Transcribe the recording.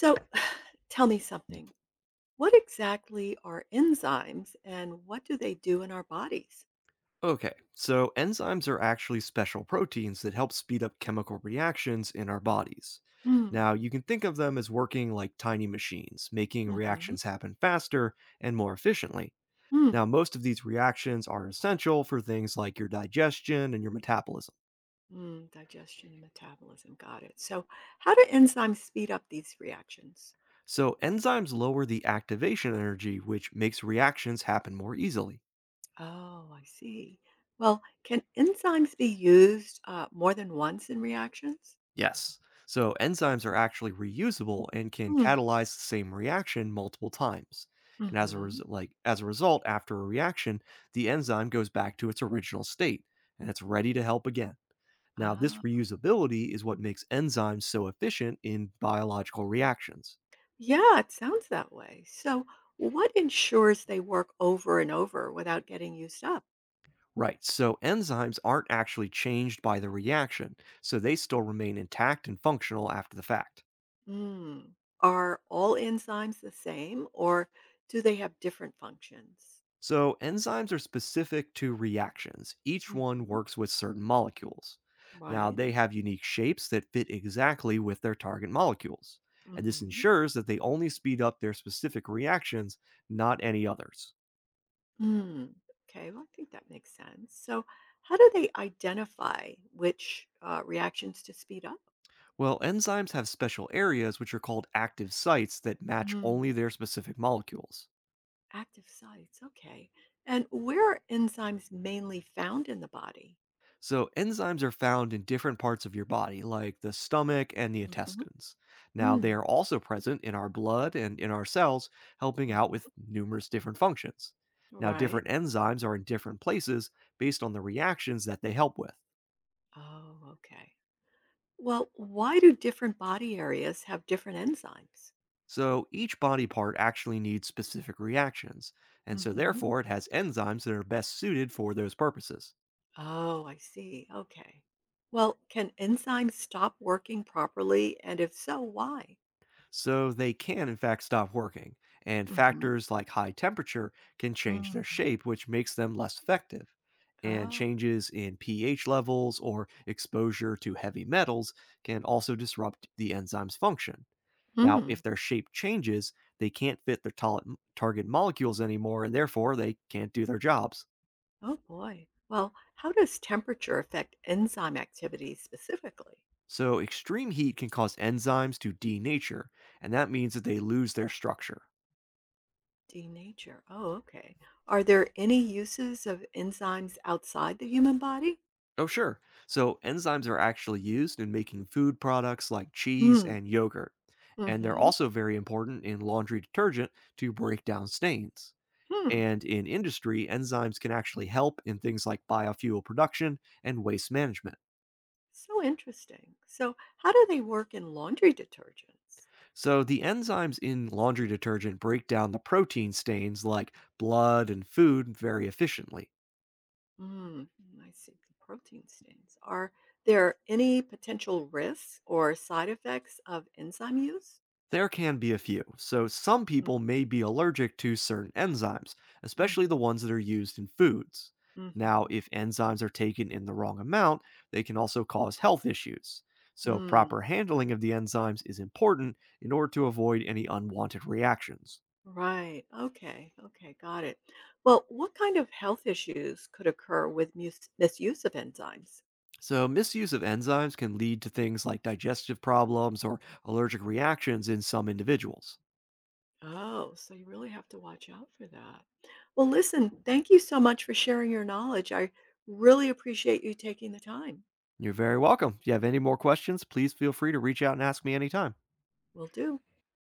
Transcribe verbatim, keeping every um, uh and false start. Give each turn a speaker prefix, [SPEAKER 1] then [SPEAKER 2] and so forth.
[SPEAKER 1] So, tell me something. What exactly are enzymes and what do they do in our bodies?
[SPEAKER 2] Okay, so enzymes are actually special proteins that help speed up chemical reactions in our bodies.
[SPEAKER 1] Mm.
[SPEAKER 2] Now, you can think of them as working like tiny machines, making
[SPEAKER 1] Mhm.
[SPEAKER 2] reactions happen faster and more efficiently.
[SPEAKER 1] Mm.
[SPEAKER 2] Now, most of these reactions are essential for things like your digestion and your metabolism.
[SPEAKER 1] mm, digestion and metabolism. Got it. So, how do enzymes speed up these reactions?
[SPEAKER 2] So, enzymes lower the activation energy, which makes reactions happen more easily.
[SPEAKER 1] Oh, I see. Well, can enzymes be used uh, more than once in reactions?
[SPEAKER 2] Yes. So enzymes are actually reusable and can
[SPEAKER 1] Mm.
[SPEAKER 2] catalyze the same reaction multiple times. And as a
[SPEAKER 1] Hmm.
[SPEAKER 2] res- like as a result, after a reaction, the enzyme goes back to its original state and it's ready to help again. Now, this
[SPEAKER 1] Ah,
[SPEAKER 2] reusability is what makes enzymes so efficient in biological reactions.
[SPEAKER 1] yeah, it sounds that way. So, what ensures they work over and over without getting used up?
[SPEAKER 2] Right. So enzymes aren't actually changed by the reaction, so they still remain intact and functional after the fact.
[SPEAKER 1] Mm. Are all enzymes the same or do they have different functions?
[SPEAKER 2] So, enzymes are specific to reactions. Each one
[SPEAKER 1] Hmm.
[SPEAKER 2] works with certain molecules. Now,
[SPEAKER 1] Right.
[SPEAKER 2] they have unique shapes that fit exactly with their target molecules. And this
[SPEAKER 1] Hmm.
[SPEAKER 2] ensures that they only speed up their specific reactions, not any others.
[SPEAKER 1] Mm. Okay. Well, I think that makes sense. So, how do they identify which uh, reactions to speed up?
[SPEAKER 2] Well, enzymes have special areas which are called active sites that match
[SPEAKER 1] Mm.
[SPEAKER 2] only their specific molecules.
[SPEAKER 1] Active sites. Okay. And where are enzymes mainly found in the body?
[SPEAKER 2] So, enzymes are found in different parts of your body, like the stomach and the
[SPEAKER 1] Hmm.
[SPEAKER 2] intestines. Now, they
[SPEAKER 1] Mm.
[SPEAKER 2] are also present in our blood and in our cells, helping out with
[SPEAKER 1] Hmm.
[SPEAKER 2] numerous different functions. Now,
[SPEAKER 1] Right.
[SPEAKER 2] different enzymes are in different places based on the reactions that they help with.
[SPEAKER 1] Oh, okay. Well, why do different body areas have different enzymes?
[SPEAKER 2] So, each body part actually needs specific reactions, and so
[SPEAKER 1] Hmm.
[SPEAKER 2] therefore it has enzymes that are best suited for those purposes.
[SPEAKER 1] Oh, I see. Okay. Well, can enzymes stop working properly? And if so, why?
[SPEAKER 2] So they can, in fact, stop working, and
[SPEAKER 1] Hmm.
[SPEAKER 2] factors like high temperature can change their
[SPEAKER 1] Mm.
[SPEAKER 2] shape, which makes them less effective. And
[SPEAKER 1] Oh.
[SPEAKER 2] changes in pH levels or exposure to heavy metals can also disrupt the enzyme's function. Now,
[SPEAKER 1] Hmm.
[SPEAKER 2] if their shape changes, they can't fit their tol- target molecules anymore, and therefore they can't do their jobs.
[SPEAKER 1] Oh, boy. Well, how does temperature affect enzyme activity specifically?
[SPEAKER 2] So, extreme heat can cause enzymes to denature, and that means that they lose their structure.
[SPEAKER 1] Denature. Oh, okay. Are there any uses of enzymes outside the human body?
[SPEAKER 2] Oh, sure. So enzymes are actually used in making food products like cheese
[SPEAKER 1] Mm.
[SPEAKER 2] and yogurt. And they're
[SPEAKER 1] Mm-hmm.
[SPEAKER 2] also very important in laundry detergent to break down stains.
[SPEAKER 1] Hmm.
[SPEAKER 2] And in industry, enzymes can actually help in things like biofuel production and waste management.
[SPEAKER 1] So interesting. So, how do they work in laundry detergents?
[SPEAKER 2] So, the enzymes in laundry detergent break down the protein stains like blood and food very efficiently.
[SPEAKER 1] Mm, I see the protein stains. Are there any potential risks or side effects of enzyme use?
[SPEAKER 2] There can be a few, so some people may be allergic to certain enzymes, especially the
[SPEAKER 1] Mm-hmm.
[SPEAKER 2] ones that are used in foods. Now,
[SPEAKER 1] Mm-hmm.
[SPEAKER 2] if enzymes are taken in the wrong amount, they can also cause health issues. So,
[SPEAKER 1] Mm,
[SPEAKER 2] proper handling of the enzymes is important in order to avoid any unwanted reactions.
[SPEAKER 1] right. Okay. Okay. Got it. Well, what kind of health issues could occur with mus- misuse of enzymes?
[SPEAKER 2] So, misuse of enzymes can lead to things like digestive problems or allergic reactions in some individuals.
[SPEAKER 1] Oh, so you really have to watch out for that. Well, listen, thank you so much for sharing your knowledge. I really appreciate you taking the time.
[SPEAKER 2] You're very welcome. If you have any more questions, please feel free to reach out and ask me anytime.
[SPEAKER 1] Will do.